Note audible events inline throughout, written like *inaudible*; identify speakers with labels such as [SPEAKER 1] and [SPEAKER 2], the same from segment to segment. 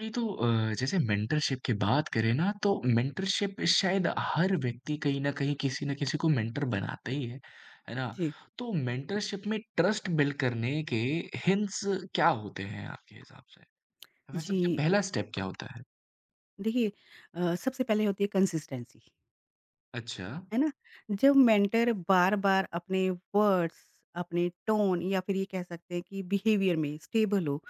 [SPEAKER 1] नहीं तो जैसे मेंटरशिप की बात करें ना तो मेंटरशिप शायद हर व्यक्ति कहीं न कहीं किसी न किसी को मेंटर बनाता ही है ना?
[SPEAKER 2] जी,
[SPEAKER 1] तो मेंटरशिप में ट्रस्ट बिल्ड करने के हिंट्स क्या होते हैं आपके हिसाब से? या फिर
[SPEAKER 2] जी।
[SPEAKER 1] सबसे पहला स्टेप क्या होता है?
[SPEAKER 2] देखिए सबसे पहले होती है कंसिस्टेंसी,
[SPEAKER 1] अच्छा,
[SPEAKER 2] है ना? जब मेंटर बार-बार अपने वर्ड्स, अपने टोन या फिर ये कह सकते हैं कि बिहेवियर में स्टेबल हो,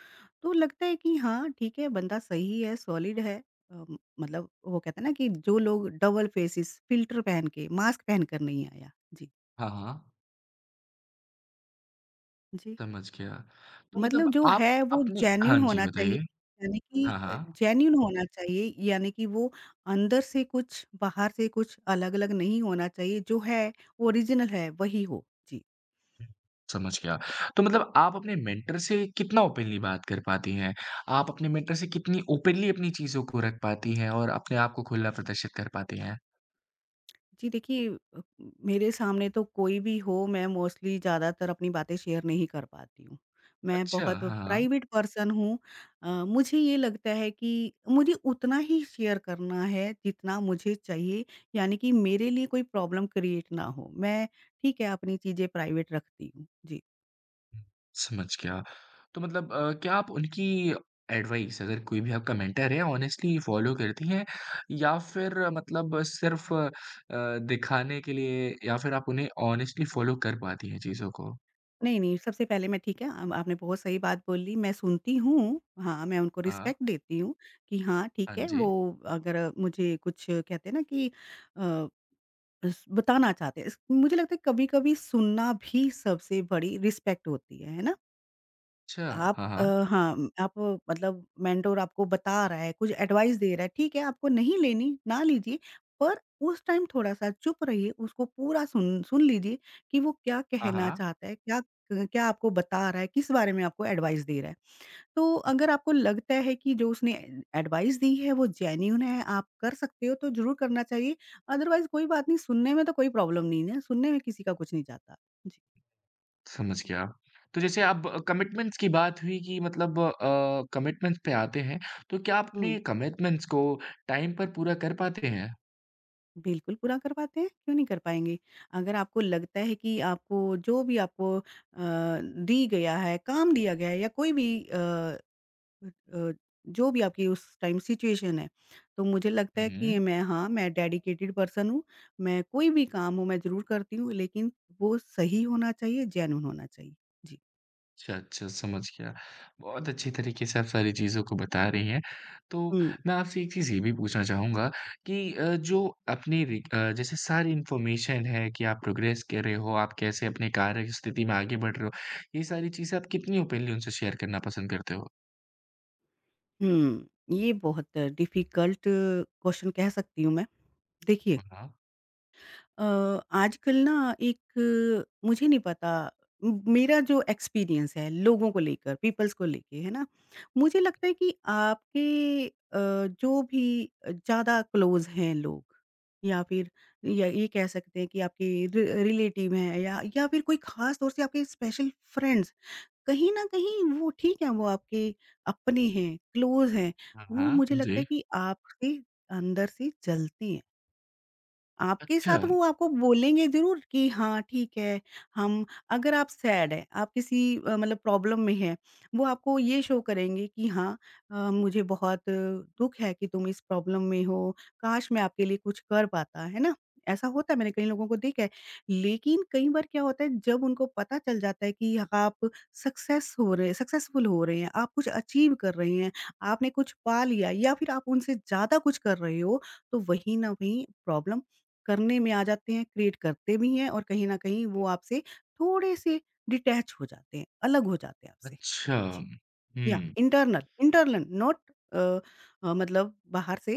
[SPEAKER 2] तो लगता है कि हाँ, ठीक है बंदा सही है, सॉलिड है। अ, मतलब वो कहते हैं ना कि जो लोग डबल फेसेस, फ़िल्टर पहन के, मास्क पहन कर नहीं आया। जी।
[SPEAKER 1] हाँ, हाँ,
[SPEAKER 2] जी।
[SPEAKER 1] समझ गया। तो मतलब
[SPEAKER 2] मतलब जो
[SPEAKER 1] आप
[SPEAKER 2] है वो
[SPEAKER 1] अपने
[SPEAKER 2] जेन्युइन
[SPEAKER 1] हाँ जी,
[SPEAKER 2] होना चाहिए,
[SPEAKER 1] बताइए।
[SPEAKER 2] यानी कि
[SPEAKER 1] हाँ, हाँ।
[SPEAKER 2] जेन्युइन होना चाहिए, यानी कि वो अंदर से कुछ, बाहर से कुछ अलग-अलग नहीं होना चाहिए, जो है ओरिजिनल है वही हो। जी।
[SPEAKER 1] समझ गया। तो मतलब आप अपने मेंटर से कितना ओपनली बात कर पाती हैं? आप अपने मेंटर से कितनी ओपनली अपनी चीज़ों को रख पाती हैं और अपने आप को खुला प्रदर्शित कर पाती हैं?
[SPEAKER 2] जी देखिए अ, मेरे सामने तो कोई भी हो, मैं मोस्टली ज़्यादातर अपनी बातें शेयर नहीं कर पाती हूँ। मैं
[SPEAKER 1] अच्छा,
[SPEAKER 2] बहुत
[SPEAKER 1] हाँ,
[SPEAKER 2] प्राइवेट पर्सन हूँ। अ, मुझे ये लगता है कि मुझे उतना ही शेयर करना है जितना मुझे चाहिए, यानी कि मेरे लिए कोई प्रॉब्लम क्रिएट ना हो। मैं ठीक है अपनी चीज़ें प्राइवेट रखती हूँ। जी।
[SPEAKER 1] समझ गया। तो मतलब क्या आप उनकी एडवाइस अगर कोई भी आपका मेंटर है ऑनेस्टली फॉलो करती हैं या फिर मतलब सिर्फ़ दिखाने के लिए या फिर आप उन्हें ऑनेस्टली फॉलो कर पाती हैं चीज़ों को?
[SPEAKER 2] नहीं, नहीं सबसे पहले मैं ठीक है आपने बहुत सही बात बोली, मैं सुनती हूँ। हाँ, मैं उनको
[SPEAKER 1] हाँ,
[SPEAKER 2] रिस्पेक्ट देती हूँ कि हाँ,
[SPEAKER 1] हाँ
[SPEAKER 2] ठीक है
[SPEAKER 1] जी।
[SPEAKER 2] वो अगर मुझे कुछ कहते हैं ना कि अ, बस बताना चाहते हैं। इस मुझे लगता है कभी-कभी सुनना भी सबसे बड़ी रिस्पेक्ट होती है ना?
[SPEAKER 1] अच्छा,
[SPEAKER 2] आप
[SPEAKER 1] हाँ,
[SPEAKER 2] अ,
[SPEAKER 1] हाँ।
[SPEAKER 2] हाँ, आप मतलब मेंटर आपको बता रहा है, कुछ एडवाइस दे रहा है, ठीक है, आपको नहीं लेनी, ना लीजिए, पर उस टाइम थोड़ा-सा चुप रहिए, उसको पूरा सुन सुन लीजिए कि वो क्या
[SPEAKER 1] हाँ,
[SPEAKER 2] कहना
[SPEAKER 1] हाँ।
[SPEAKER 2] चाहता है, क्या क्या आपको बता रहा है, किस बारे में आपको एडवाइस दे रहा है। तो अगर आपको लगता है कि जो उसने एडवाइस दी है वो जेन्युइन है, आप कर सकते हो तो ज़रूर करना चाहिए, अदरवाइज़ कोई बात नहीं सुनने में तो कोई प्रॉब्लम नहीं है, सुनने में किसी का कुछ नहीं जाता। जी।
[SPEAKER 1] समझ गया। तो जैसे अब कमिटमेंट्स की बात हुई कि मतलब कमिटमेंट्स पे आते हैं, तो क्या आप
[SPEAKER 2] हुँ।
[SPEAKER 1] अपने कमिटमेंट्स को टाइम पर पूरा कर पाते हैं?
[SPEAKER 2] बिल्कुल पूरा कर पाते हैं, क्यों नहीं कर पाएँगे? अगर आपको लगता है कि आपको जो भी दी गया है, काम दिया गया है या कोई भी अ अ अ, जो भी आपकी उस टाइम सिचुएशन है। तो मुझे लगता है कि
[SPEAKER 1] हुँ।
[SPEAKER 2] मैं हाँ, मैं डेडिकेटेड पर्सन हूँ। मैं कोई भी काम हो मैं ज़रूर करती हूँ लेकिन वो सही होना चाहिए, जेन्युइन होना चाहिए। जी।
[SPEAKER 1] अच्छा, अच्छा समझ गया। बहुत अच्छी तरीके से आप सारी चीज़ों को बता रही हैं। तो
[SPEAKER 2] हुँ,
[SPEAKER 1] मैं आपसे एक चीज़ ये भी पूछना चाहूँगा कि जो अपनी जैसे सारी इन्फॉर्मेशन है कि आप प्रोग्रेस कर रहे हो, आप कैसे अपने कार्य की स्थिति में आगे बढ़ रहे हो, ये सारी चीज़ें आप कितनी ओपनली उनसे शेयर करना पसंद करते हो?
[SPEAKER 2] हुँ। ये बहुत डिफ़िकल्ट क्वेश्चन कह सकती हूँ मैं। देखिए
[SPEAKER 1] हाँ, हाँ।
[SPEAKER 2] अ, आजकल ना एक मुझे नहीं पता मेरा जो एक्सपीरियंस है लोगों को लेकर पीपल्स को लेके है ना मुझे लगता है कि आपके अ, जो भी ज़्यादा क्लोज हैं लोग या फिर या ये कह सकते हैं कि आपके रिलेटिव हैं या फिर कोई खास तौर से आपके स्पेशल फ्रेंड्स कहीं ना कहीं वो ठीक है वो आपके अपने हैं क्लोज हैं
[SPEAKER 1] हाँ,
[SPEAKER 2] वो
[SPEAKER 1] हाँ।
[SPEAKER 2] मुझे लगता
[SPEAKER 1] जी।
[SPEAKER 2] है कि आपसे अंदर से जलते हैं आपके
[SPEAKER 1] अच्छा।
[SPEAKER 2] साथ वो आपको बोलेंगे ज़रूर कि हाँ, ठीक है, हम अगर आप सैड हैं, आप किसी मतलब प्रॉब्लम में हैं, वो आपको ये शो करेंगे कि हाँ मुझे बहुत दुःख है कि तुम इस प्रॉब्लम में हो, काश मैं आपके लिए कुछ कर पाता, है ना? ऐसा होता है, मैंने कई लोगों को देखा है। लेकिन कई बार क्या होता है, जब उनको पता चल जाता है कि आप सक्सेसफुल हो रहे हैं, आप कुछ अचीव कर रहे हैं, आपने कुछ पा लिया या फिर आप उनसे ज़्यादा कुछ कर रहे हो, तो वहीं न वहीं प्रॉब्लम करने में आ जाते हैं, क्रिएट करते भी हैं और कहीं न कहीं वो आपसे थोड़े-से डिटैच हो जाते हैं, अलग हो जाते हैं आपसे।
[SPEAKER 1] अच्छा।
[SPEAKER 2] जी, या
[SPEAKER 1] हुँ।
[SPEAKER 2] इंटरनल इंटरनल नॉट अ मतलब बाहर से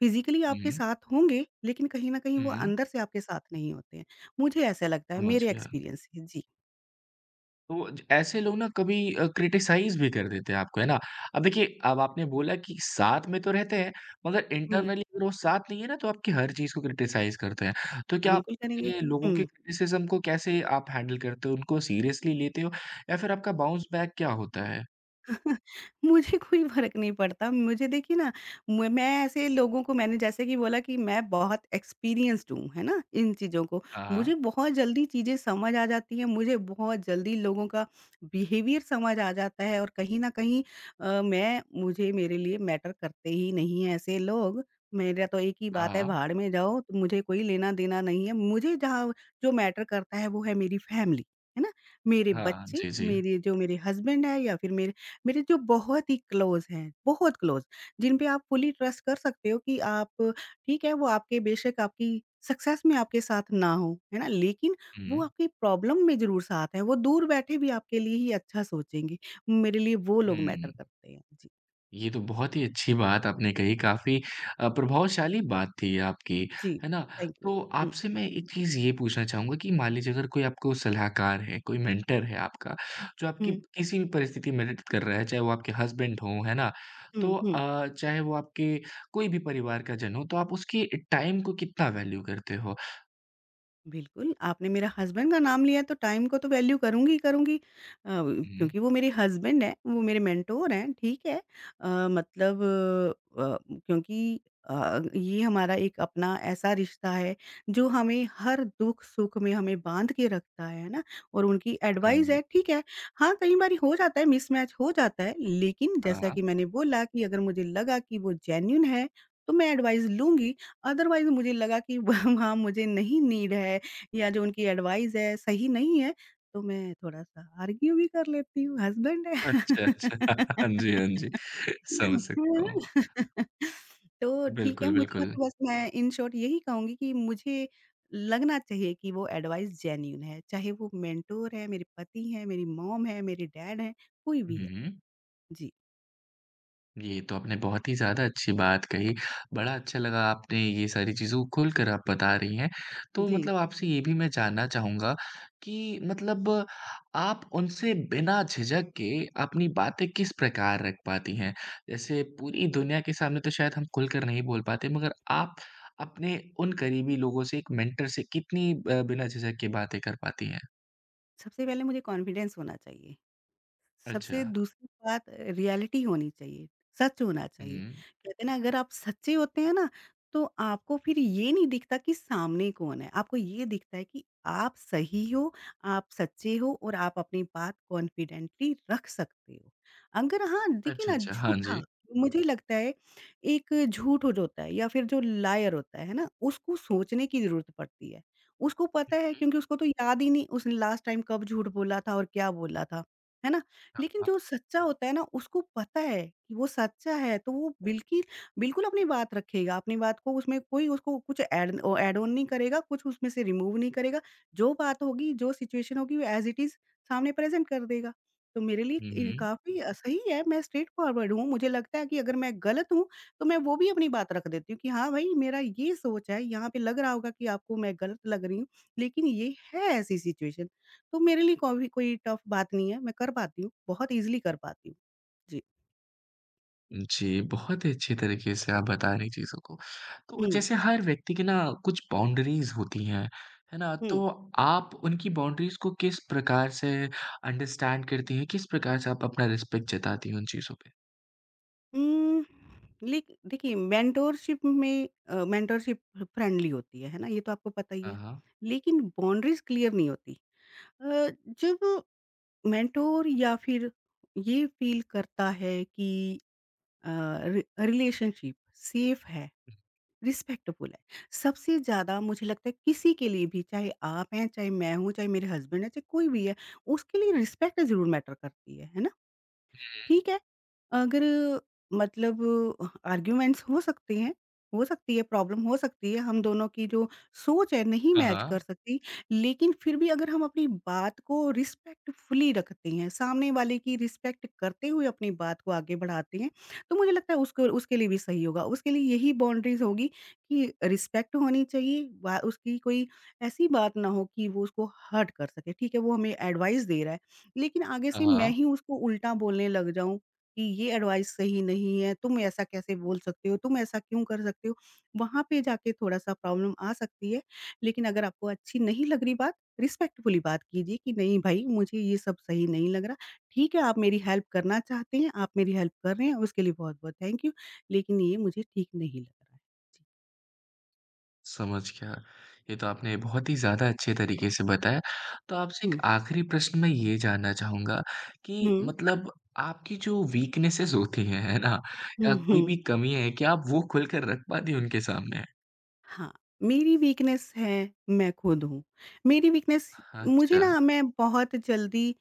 [SPEAKER 2] फिज़िकली आपके
[SPEAKER 1] हुँ,
[SPEAKER 2] साथ होंगे, लेकिन कहीं न कहीं वो
[SPEAKER 1] हुँ,
[SPEAKER 2] अंदर से आपके साथ नहीं होते हैं। मुझे ऐसा लगता है,
[SPEAKER 1] समझ
[SPEAKER 2] मेरे
[SPEAKER 1] गया।
[SPEAKER 2] एक्सपीरियंस से। जी।
[SPEAKER 1] तो ज ऐसे लोग ना कभी क्रिटिसाइज़ भी कर देते हैं आपको, है ना? अब देखिए, अब आपने बोला कि साथ में तो रहते हैं, मगर
[SPEAKER 2] हुँ,
[SPEAKER 1] इंटरनली अगर वो साथ नहीं है ना, तो आपकी हर चीज़ को क्रिटिसाइज़ करते हैं। तो क्या आप
[SPEAKER 2] बिल्कुल करेंगे।
[SPEAKER 1] ये लोगों
[SPEAKER 2] हुँ।
[SPEAKER 1] के क्रिटिसिज़्म को कैसे आप हैंडल करते हो? उनको सीरियसली लेते हो या फिर आपका बाउंस बैक क्या होता है?
[SPEAKER 2] मुझे कोई फ़र्क नहीं पड़ता। मुझे देखिए ना म मैं ऐसे लोगों को मैंने जैसे कि बोला कि मैं बहुत एक्सपीरियंस्ड हूँ, है ना? इन चीज़ों को।
[SPEAKER 1] हाँ, हाँ।
[SPEAKER 2] मुझे बहुत जल्दी चीज़ें समझ आ जाती हैं, मुझे बहुत जल्दी लोगों का बिहेवियर समझ आ जाता है और कहीं न कहीं मैं मुझे मेरे लिए मैटर करते ही नहीं हैं ऐसे लोग। मेरा तो एक ही
[SPEAKER 1] हाँ,
[SPEAKER 2] बात है
[SPEAKER 1] हाँ।
[SPEAKER 2] भाड़ में जाओ, तो मुझे कोई लेना-देना नहीं है। मुझे जहाँ जो मैटर करता है वो है मेरी फैमिली, है ना? मेरे
[SPEAKER 1] हाँ,
[SPEAKER 2] बच्चे,
[SPEAKER 1] जी, जी।
[SPEAKER 2] मेरे जो मेरे हस्बैंड है या फिर मेरे मेरे जो बहुत ही क्लोज़ हैं, बहुत क्लोज़, जिन पे आप फुली ट्रस्ट कर सकते हो कि आप ठीक है, वो आपके बेशक आपकी सक्सेस में आपके साथ ना हो, है ना? लेकिन वो
[SPEAKER 1] हुँ,
[SPEAKER 2] आपकी प्रॉब्लम में ज़रूर साथ हैं, वो दूर बैठे भी आपके लिए ही अच्छा सोचेंगे। मेरे लिए वो लोग मैटर
[SPEAKER 1] हुँ।
[SPEAKER 2] करते हैं। जी,
[SPEAKER 1] ये तो बहुत ही अच्छी बात आपने कही, काफ़ी प्रभावशाली बात थी आपकी,
[SPEAKER 2] जी,
[SPEAKER 1] है ना?
[SPEAKER 2] Thank you.
[SPEAKER 1] तो
[SPEAKER 2] हुँ,
[SPEAKER 1] आपसे मैं एक चीज़ ये पूछना चाहूँगा कि मान लीजिए अगर कोई आपको सलाहकार है, कोई मेंटर है आपका,
[SPEAKER 2] हुँ,
[SPEAKER 1] जो आपकी
[SPEAKER 2] हुँ,
[SPEAKER 1] किसी भी परिस्थिति में मदद कर रहा है, चाहे वो आपके हस्बैंड हों, है ना?
[SPEAKER 2] हुँ,
[SPEAKER 1] तो
[SPEAKER 2] हुँ।
[SPEAKER 1] चाहे वो आपके कोई भी परिवार का जन हो, तो आप उसके टाइम को कितना वैल्यू करते हो?
[SPEAKER 2] बिल्कुल, आपने मेरा हस्बैंड का नाम लिया तो टाइम को तो वैल्यू करूँगी ही करूँगी।
[SPEAKER 1] हुँ।
[SPEAKER 2] क्योंकि वो मेरे हस्बैंड हैं, वो मेरे मेंटोर हैं, ठीक है। मतलब अ, क्योंकि अ, ये हमारा एक अपना ऐसा रिश्ता है जो हमें हर दुख-सुख में हमें बाँध के रखता है ना? और उनकी
[SPEAKER 1] हाँ
[SPEAKER 2] एडवाइस है,
[SPEAKER 1] जी।
[SPEAKER 2] ठीक है। हाँ, कई बारी हो जाता है मिसमैच हो जाता है, लेकिन
[SPEAKER 1] हाँ,
[SPEAKER 2] जैसा
[SPEAKER 1] हाँ।
[SPEAKER 2] कि मैंने बोला कि अगर मुझे लगा कि वो जेन्युइन है, तो मैं एडवाइस लूँगी। अदरवाइज़ मुझे लगा कि *laughs* वहाँ मुझे नहीं नीड है या जो उनकी एडवाइस है सही नहीं है, तो मैं थोड़ा-सा आर्ग्यू भी कर लेती हूँ, हस्बैंड
[SPEAKER 1] अच्छा,
[SPEAKER 2] है।
[SPEAKER 1] अच्छा। *laughs* हाँ जी, हाँ
[SPEAKER 2] *laughs* है
[SPEAKER 1] जी। समझ सकता हूँ।
[SPEAKER 2] ना? तो ठीक है
[SPEAKER 1] बिल्कुल,
[SPEAKER 2] मुझे
[SPEAKER 1] बिल्कुल।
[SPEAKER 2] मतलब बस मैं इन शॉर्ट यही कहूँगी कि मुझे लगना चाहिए कि वो एडवाइस जेन्युइन है, चाहे वो मेंटर है, मेरे पति हैं, मेरी मॉम है, मेरे डैड हैं, कोई भी है।
[SPEAKER 1] हुँ।
[SPEAKER 2] जी,
[SPEAKER 1] ये तो आपने बहुत ही ज़्यादा अच्छी बात कही। बड़ा अच्छा लगा आपने ये सारी चीज़ों को खुलकर आप बता रही हैं। तो
[SPEAKER 2] जी।
[SPEAKER 1] मतलब आपसे ये भी मैं जानना चाहूँगा कि मतलब आप उनसे बिना झिझक के अपनी बातें किस प्रकार रख पाती हैं? जैसे पूरी दुनिया के सामने तो शायद हम खुलकर नहीं बोल पाते मगर आप अपने उन करीबी लोगों से, एक मेंटर से कितनी बिना झिझक के बातें कर पाती हैं?
[SPEAKER 2] सबसे पहले मुझे कॉन्फिडेंस होना चाहिए।
[SPEAKER 1] अच्छा।
[SPEAKER 2] सबसे दूसरी बात रियलिटी होनी चाहिए, सच होना चाहिए।
[SPEAKER 1] हुँ।
[SPEAKER 2] कहते हैं ना अगर आप सच्चे होते हैं ना, तो आपको फिर ये नहीं दिखता कि सामने कौन है, आपको ये दिखता है कि आप सही हो, आप सच्चे हो और आप अपनी बात कॉन्फिडेंटली रख सकते हो। अगर हाँ, देखिए
[SPEAKER 1] अच्छा,
[SPEAKER 2] ना
[SPEAKER 1] अच्छा। हाँ
[SPEAKER 2] झूठा
[SPEAKER 1] जी।
[SPEAKER 2] मुझे लगता है एक झूठ जो होता है या फिर जो लायर होता है ना? उसको सोचने की ज़रूरत पड़ती है। उसको पता है क्योंकि उसको तो याद ही नहीं उसने लास्ट टाइम कब झूठ बोला था और क्या बोला था, है ना? लेकिन
[SPEAKER 1] हाँ।
[SPEAKER 2] जो सच्चा होता है ना उसको पता है कि वो सच्चा है तो वो बिल्कि बिल्कुल अपनी बात रखेगा, अपनी बात को उसमें कोई उसको कुछ ऐड ऑन नहीं करेगा, कुछ उसमें से रिमूव नहीं करेगा। जो बात होगी, जो सिचुएशन होगी वो ऐज़ इट इज़ सामने प्रेज़ेंट कर देगा। तो मेरे लिए
[SPEAKER 1] हुँ,
[SPEAKER 2] इन
[SPEAKER 1] हुँ।
[SPEAKER 2] काफ़ी सही है, मैं स्ट्रेट फॉरवर्ड हूँ। मुझे लगता है कि अगर मैं गलत हूँ, तो मैं वो भी अपनी बात रख देती हूँ कि हाँ भाई मेरा ये सोच है, यहाँ पे लग रहा होगा कि आपको मैं गलत लग रही हूँ, लेकिन ये है ऐसी सिचुएशन। तो मेरे लिए कोई भी कोई टफ़ बात नहीं है, मैं कर पाती हूँ, बहुत ईज़िली कर पाती हूँ। जी।
[SPEAKER 1] जी, बहुत ही अच्छे तरीके से आप बता रही चीज़ों को। तो
[SPEAKER 2] हुँ,
[SPEAKER 1] जैसे हर व्यक्ति की ना कुछ बाउंड्रीज़ होती हैं, है ना?
[SPEAKER 2] हुँ।
[SPEAKER 1] तो आप उनकी बाउंड्रीज़ को किस प्रकार से अंडरस्टैंड करती हैं? किस प्रकार से आप अपना रिस्पेक्ट जताती हैं उन चीज़ों पे?
[SPEAKER 2] उम, लेक देखिए मेंटोरशिप में मेंटोरशिप फ्रेंडली होती है ना? ये तो आपको पता ही
[SPEAKER 1] हाँ,
[SPEAKER 2] है।
[SPEAKER 1] हाँ।
[SPEAKER 2] लेकिन बाउंड्रीज़ क्लियर नहीं होती। अ, जब मेंटोर या फिर ये फ़ील करता है कि अ, रि रिलेशनशिप सेफ़ है रिस्पेक्टफुल है। सबसे ज़्यादा मुझे लगता है किसी के लिए भी चाहे आप हैं, चाहे मैं हूँ, चाहे मेरे हस्बैंड हैं, चाहे कोई भी है, उसके लिए रिस्पेक्ट ज़रूर मैटर करती है। है ना? ठीक है, अगर मतलब आर्ग्यूमेंट्स हो सकते हैं, हो सकती है प्रॉब्लम हो सकती है, हम दोनों की जो सोच है नहीं
[SPEAKER 1] हाँ,
[SPEAKER 2] मैच कर
[SPEAKER 1] हाँ।
[SPEAKER 2] सकती, लेकिन फिर भी अगर हम अपनी बात को रिस्पेक्टफुली रखते हैं, सामने वाले की रिस्पेक्ट करते हुए अपनी बात को आगे बढ़ाते हैं, तो मुझे लगता है उसको उसके लिए भी सही होगा। उसके लिए यही बाउंड्रीज़ होगी कि रिस्पेक्ट होनी चाहिए, बा उसकी कोई ऐसी बात ना हो कि वो उसको हर्ट कर सके, ठीक है? वो हमें एडवाइस दे रहा है। लेकिन आगे
[SPEAKER 1] हाँ,
[SPEAKER 2] से मैं
[SPEAKER 1] हाँ।
[SPEAKER 2] ही उसको उल्टा बोलने लग जाऊँ कि ये एडवाइस सही नहीं है, तुम ऐसा कैसे बोल सकते हो, तुम ऐसा क्यों कर सकते हो? वहाँ पे जाके थोड़ा-सा प्रॉब्लम आ सकती है। लेकिन अगर आपको अच्छी नहीं लग रही बात, रिस्पेक्टफुली बात कीजिए कि नहीं भाई मुझे ये सब सही नहीं लग रहा। ठीक है, आप मेरी हेल्प करना चाहते हैं, आप मेरी हेल्प कर रहे हैं, उसके लिए बहुत-बहुत थैंक यू, लेकिन ये मुझे ठीक नहीं लग रहा है। जी।
[SPEAKER 1] समझ गया। ये तो आपने बहुत ही ज़्यादा अच्छे तरीके से बताया। तो आपसे एक
[SPEAKER 2] हुँ,
[SPEAKER 1] आखिरी प्रश्न मैं ये जानना चाहूँगा कि
[SPEAKER 2] हुँ,
[SPEAKER 1] मतलब आपकी जो वीकनेसेस होती हैं, है ना?
[SPEAKER 2] हुँ,
[SPEAKER 1] या कोई
[SPEAKER 2] हुँ।
[SPEAKER 1] भी कमी है, क्या आप वो खुल कर रख पाती हैं उनके सामने?
[SPEAKER 2] हाँ, मेरी वीकनेस है, मैं खुद हूँ। मेरी वीकनेस मुझे
[SPEAKER 1] अच्छा।
[SPEAKER 2] ना मैं बहुत जल्दी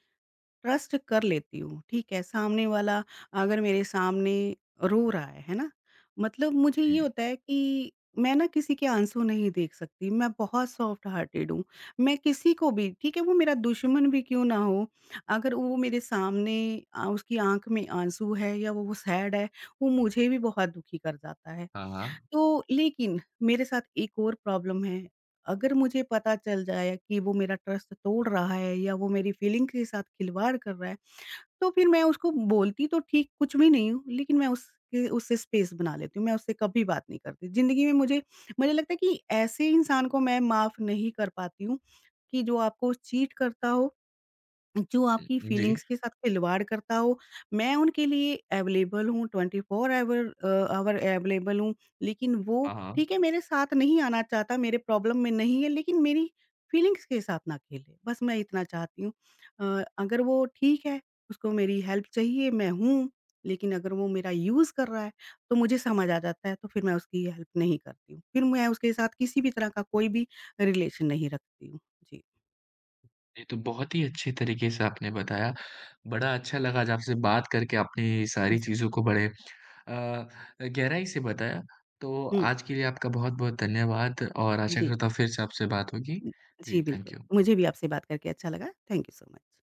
[SPEAKER 2] ट्रस्ट कर लेती हूँ, ठीक है? सामने वाला अगर मेरे सामने रो रहा है ना? मतलब मुझे ये
[SPEAKER 1] हुँ।
[SPEAKER 2] होता है कि मैं ना किसी के आँसू नहीं देख सकती, मैं बहुत सॉफ्ट हार्टेड हूँ। मैं किसी को भी ठीक है, वो मेरा दुश्मन भी क्यों ना हो, अगर वो मेरे सामने उसकी आँख में आँसू है या वो सैड है, वो मुझे भी बहुत दुखी कर जाता है।
[SPEAKER 1] हाँ, हाँ।
[SPEAKER 2] तो लेकिन मेरे साथ एक और प्रॉब्लम है, अगर मुझे पता चल जाए कि वो मेरा ट्रस्ट तोड़ रहा है या वो मेरी फीलिंग के साथ खिलवाड़ कर रहा है, तो फिर मैं उसको बोलती तो ठीक कुछ भी नहीं हूँ, लेकिन मैं उसके उससे स्पेस बना लेती हूँ, मैं उससे कभी बात नहीं करती। ज़िंदगी में मुझे मुझे लगता है कि ऐसे इंसान को मैं माफ़ नहीं कर पाती हूँ, कि जो आपको चीट करता हो जो आपकी
[SPEAKER 1] जी।
[SPEAKER 2] फीलिंग्स के साथ खिलवाड़ करता हो, मैं उनके लिए अवेलेबल हूँ, 24 आवर अवेलेबल हूँ। लेकिन वो
[SPEAKER 1] हाँ, हाँ।
[SPEAKER 2] ठीक है मेरे साथ नहीं आना चाहता, मेरे प्रॉब्लम में नहीं है, लेकिन मेरी फीलिंग्स के साथ ना खेले, बस मैं इतना चाहती हूँ। अगर वो ठीक है, उसको मेरी हेल्प चाहिए, मैं हूँ, लेकिन अगर वो मेरा यूज़ कर रहा है, तो मुझे समझ आ जाता है, तो फिर मैं उसकी हेल्प नहीं करती हूँ। फिर मैं उसके साथ किसी भी तरह का कोई भी रिलेशन नहीं रखती हूँ। जी।
[SPEAKER 1] ये तो बहुत ही अच्छे तरीके से आपने बताया। बड़ा अच्छा लगा आज आपसे बात करके, आपने सारी चीज़ों को बड़े अ, गहराई से बताया। तो
[SPEAKER 2] हुँ,
[SPEAKER 1] आज के लिए आपका बहुत-बहुत धन्यवाद और आशा
[SPEAKER 2] जी।
[SPEAKER 1] करता हूँ फिर से आपसे बात होगी।
[SPEAKER 2] जी,
[SPEAKER 1] जी, थैंक
[SPEAKER 2] बिल्कुल।
[SPEAKER 1] यू।
[SPEAKER 2] मुझे भी आपसे बात करके अच्छा लगा। Thank you so much.